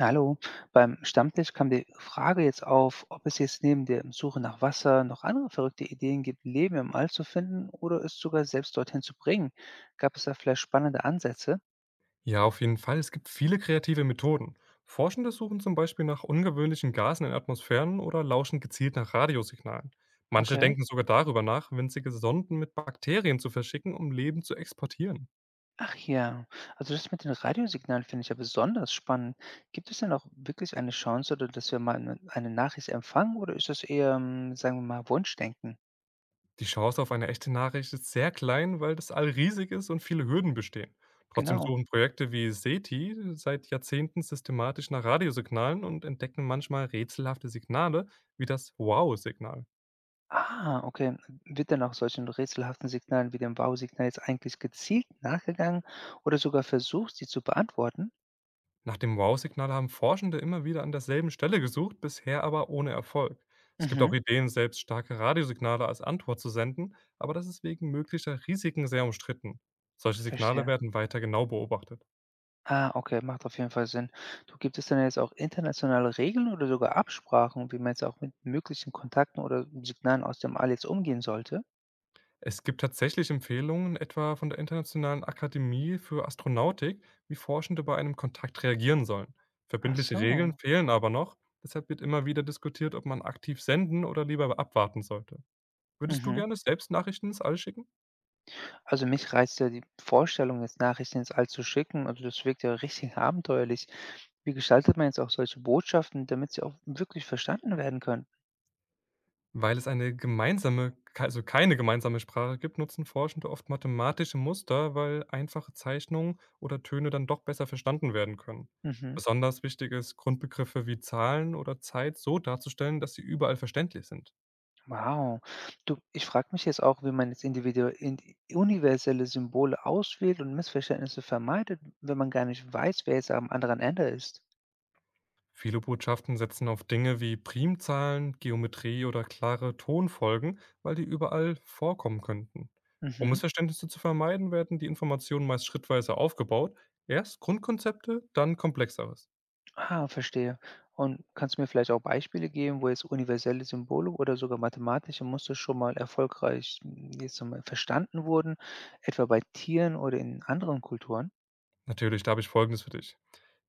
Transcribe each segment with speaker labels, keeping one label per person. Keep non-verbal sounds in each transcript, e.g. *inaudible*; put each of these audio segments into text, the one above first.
Speaker 1: Ja, hallo. Beim Stammtisch kam die Frage jetzt auf, ob es jetzt neben der Suche nach Wasser noch andere verrückte Ideen gibt, Leben im All zu finden oder es sogar selbst dorthin zu bringen. Gab es da vielleicht spannende Ansätze?
Speaker 2: Ja, auf jeden Fall. Es gibt viele kreative Methoden. Forschende suchen zum Beispiel nach ungewöhnlichen Gasen in Atmosphären oder lauschen gezielt nach Radiosignalen. Manche
Speaker 1: Okay.
Speaker 2: denken sogar darüber nach, winzige Sonden mit Bakterien zu verschicken, um Leben zu exportieren.
Speaker 1: Ach ja, also das mit den Radiosignalen finde ich ja besonders spannend. Gibt es denn auch wirklich eine Chance, oder dass wir mal eine Nachricht empfangen, oder ist das eher, sagen wir mal, Wunschdenken?
Speaker 2: Die Chance auf eine echte Nachricht ist sehr klein, weil das All riesig ist und viele Hürden bestehen. Trotzdem
Speaker 1: Genau.
Speaker 2: suchen Projekte wie SETI seit Jahrzehnten systematisch nach Radiosignalen und entdecken manchmal rätselhafte Signale wie das Wow-Signal.
Speaker 1: Ah, okay. Wird denn auch solchen rätselhaften Signalen wie dem Wow-Signal jetzt eigentlich gezielt nachgegangen oder sogar versucht, sie zu beantworten?
Speaker 2: Nach dem Wow-Signal haben Forschende immer wieder an derselben Stelle gesucht, bisher aber ohne Erfolg. Es gibt auch
Speaker 1: Mhm,
Speaker 2: Ideen, selbst starke Radiosignale als Antwort zu senden, aber das ist wegen möglicher Risiken sehr umstritten. Solche Signale
Speaker 1: verstehe.
Speaker 2: werden weiter genau beobachtet.
Speaker 1: Ah, okay, macht auf jeden Fall Sinn. Du, gibt es denn jetzt auch internationale Regeln oder sogar Absprachen, wie man jetzt auch mit möglichen Kontakten oder Signalen aus dem All jetzt umgehen sollte?
Speaker 2: Es gibt tatsächlich Empfehlungen, etwa von der Internationalen Akademie für Astronautik, wie Forschende bei einem Kontakt reagieren sollen.
Speaker 1: Ach
Speaker 2: Verbindliche Regeln
Speaker 1: so.
Speaker 2: fehlen aber noch, deshalb wird immer wieder diskutiert, ob man aktiv senden oder lieber abwarten sollte. Würdest du
Speaker 1: Mhm.
Speaker 2: gerne selbst Nachrichten ins All schicken?
Speaker 1: Also mich reizt ja die Vorstellung, jetzt Nachrichten ins All zu schicken. Also das wirkt ja richtig *laughs* abenteuerlich. Wie gestaltet man jetzt auch solche Botschaften, damit sie auch wirklich verstanden werden können?
Speaker 2: Weil es eine gemeinsame k also keine gemeinsame Sprache gibt, nutzen Forschende oft mathematische Muster, weil einfache Zeichnungen oder Töne dann doch besser verstanden werden können.
Speaker 1: Mhm.
Speaker 2: Besonders wichtig ist, Grundbegriffe wie Zahlen oder Zeit so darzustellen, dass sie überall verständlich sind.
Speaker 1: Wow. Du, ich frage mich jetzt auch, wie man jetzt individu in universelle Symbole auswählt und Missverständnisse vermeidet, wenn man gar nicht weiß, wer jetzt am anderen Ende ist.
Speaker 2: Viele Botschaften setzen auf Dinge wie Primzahlen, Geometrie oder klare Tonfolgen, weil die überall vorkommen könnten. Um
Speaker 1: Mhm.
Speaker 2: Missverständnisse zu vermeiden, werden die Informationen meist schrittweise aufgebaut, erst Grundkonzepte, dann komplexeres.
Speaker 1: Ah, verstehe. Und kannst du mir vielleicht auch Beispiele geben, wo jetzt universelle Symbole oder sogar mathematische Muster schon mal erfolgreich jetzt schon mal verstanden wurden, etwa bei Tieren oder in anderen Kulturen?
Speaker 2: Natürlich, da habe ich Folgendes für dich.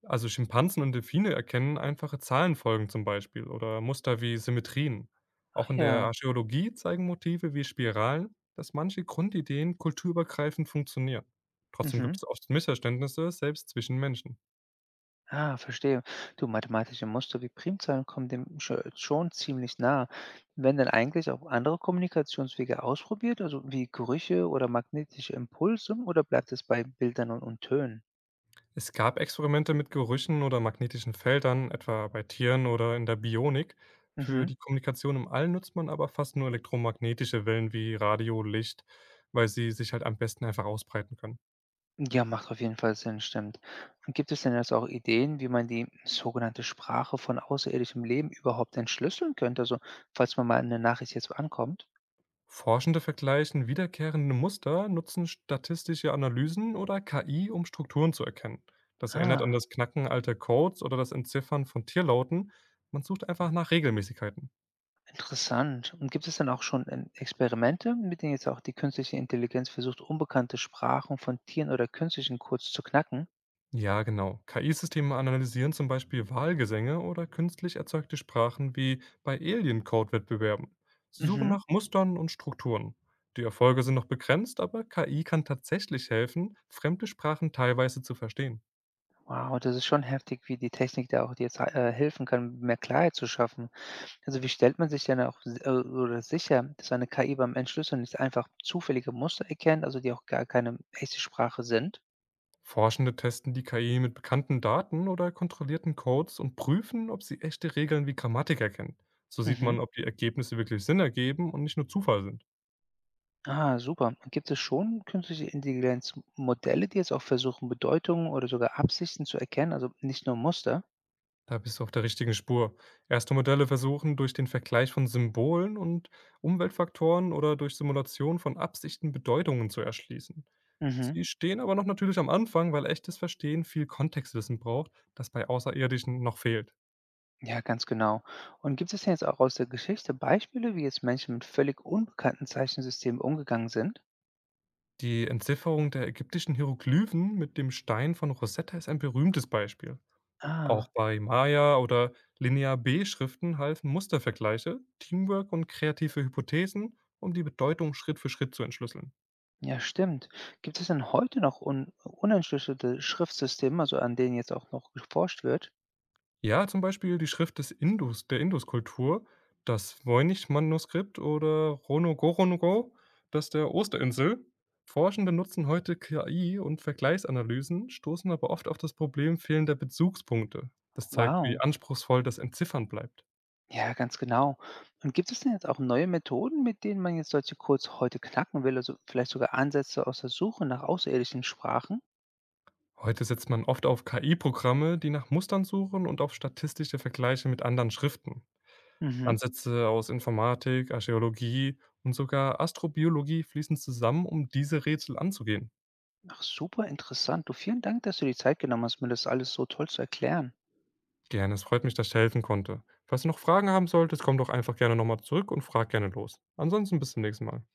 Speaker 2: Also Schimpansen und Delfine erkennen einfache Zahlenfolgen zum Beispiel oder Muster wie Symmetrien.
Speaker 1: Ach
Speaker 2: Auch in der
Speaker 1: ja.
Speaker 2: Archäologie zeigen Motive wie Spiralen, dass manche Grundideen kulturübergreifend funktionieren. Trotzdem gibt
Speaker 1: Mhm.
Speaker 2: es oft Missverständnisse, selbst zwischen Menschen.
Speaker 1: Ah, verstehe. Du, mathematische Muster wie Primzahlen kommen dem schon ziemlich nah. Werden dann eigentlich auch andere Kommunikationswege ausprobiert, also wie Gerüche oder magnetische Impulse, oder bleibt es bei Bildern und Tönen?
Speaker 2: Es gab Experimente mit Gerüchen oder magnetischen Feldern, etwa bei Tieren oder in der Bionik. Für
Speaker 1: Mhm.
Speaker 2: die Kommunikation im All nutzt man aber fast nur elektromagnetische Wellen wie Radio, Licht, weil sie sich halt am besten einfach ausbreiten können.
Speaker 1: Ja, macht auf jeden Fall Sinn, stimmt. Und gibt es denn jetzt auch Ideen, wie man die sogenannte Sprache von außerirdischem Leben überhaupt entschlüsseln könnte? Also, falls man mal eine Nachricht jetzt ankommt.
Speaker 2: Forschende vergleichen wiederkehrende Muster, nutzen statistische Analysen oder KI, um Strukturen zu erkennen. Das erinnert an
Speaker 1: Ah.
Speaker 2: das Knacken alter Codes oder das Entziffern von Tierlauten. Man sucht einfach nach Regelmäßigkeiten.
Speaker 1: Interessant. Und gibt es denn auch schon, Experimente, mit denen jetzt auch die künstliche Intelligenz versucht, unbekannte Sprachen von Tieren oder künstlichen Codes zu knacken?
Speaker 2: Ja, genau. KI-Systeme analysieren zum Beispiel Wahlgesänge oder künstlich erzeugte Sprachen wie bei Alien-Code-Wettbewerben. Sie suchen
Speaker 1: Mhm.
Speaker 2: nach Mustern und Strukturen. Die Erfolge sind noch begrenzt, aber KI kann tatsächlich helfen, fremde Sprachen teilweise zu verstehen.
Speaker 1: Wow, das ist schon heftig, wie die Technik da auch jetzt, helfen kann, mehr Klarheit zu schaffen. Also, wie stellt man sich denn auch si oder sicher, dass eine KI beim Entschlüsseln nicht einfach zufällige Muster erkennt, also die auch gar keine echte Sprache sind?
Speaker 2: Forschende testen die KI mit bekannten Daten oder kontrollierten Codes und prüfen, ob sie echte Regeln wie Grammatik erkennt. So sieht
Speaker 1: Mhm.
Speaker 2: man, ob die Ergebnisse wirklich Sinn ergeben und nicht nur Zufall sind.
Speaker 1: Ah, super. Und gibt es schon künstliche Intelligenzmodelle, die jetzt auch versuchen, Bedeutungen oder sogar Absichten zu erkennen, also nicht nur Muster?
Speaker 2: Da bist du auf der richtigen Spur. Erste Modelle versuchen durch den Vergleich von Symbolen und Umweltfaktoren oder durch Simulation von Absichten Bedeutungen zu erschließen.
Speaker 1: Mhm.
Speaker 2: Sie stehen aber noch natürlich am Anfang, weil echtes Verstehen viel Kontextwissen braucht, das bei Außerirdischen noch fehlt.
Speaker 1: Ja, ganz genau. Und gibt es denn jetzt auch aus der Geschichte Beispiele, wie jetzt Menschen mit völlig unbekannten Zeichensystemen umgegangen sind?
Speaker 2: Die Entzifferung der ägyptischen Hieroglyphen mit dem Stein von Rosetta ist ein berühmtes Beispiel. Auch
Speaker 1: Ah,
Speaker 2: bei Maya- oder Linear-B-Schriften halfen Mustervergleiche, Teamwork und kreative Hypothesen, um die Bedeutung Schritt für Schritt zu entschlüsseln.
Speaker 1: ja, stimmt. Gibt es denn heute noch un unentschlüsselte Schriftsysteme, also an denen jetzt auch noch geforscht wird?
Speaker 2: Ja, zum Beispiel die Schrift des Indus, der Induskultur, das Voynich-Manuskript oder Rono-Gorongo, das der Osterinsel. Forschende nutzen heute KI und Vergleichsanalysen, stoßen aber oft auf das Problem fehlender Bezugspunkte. Das zeigt, wie
Speaker 1: Wow.
Speaker 2: anspruchsvoll das Entziffern bleibt.
Speaker 1: Ja, ganz genau. Und gibt es denn jetzt auch neue Methoden, mit denen man jetzt solche Codes heute knacken will? Also vielleicht sogar Ansätze aus der Suche nach außerirdischen Sprachen?
Speaker 2: Heute setzt man oft auf KI-Programme, die nach Mustern suchen und auf statistische Vergleiche mit anderen Schriften.
Speaker 1: Mhm.
Speaker 2: Ansätze aus Informatik, Archäologie und sogar Astrobiologie fließen zusammen, um diese Rätsel anzugehen.
Speaker 1: Ach, super interessant. Du, vielen Dank, dass du die Zeit genommen hast, mir das alles so toll zu erklären.
Speaker 2: Gerne, es freut mich, dass ich helfen konnte. Falls du noch Fragen haben solltest, komm doch einfach gerne nochmal zurück und frag gerne los. Ansonsten bis zum nächsten Mal.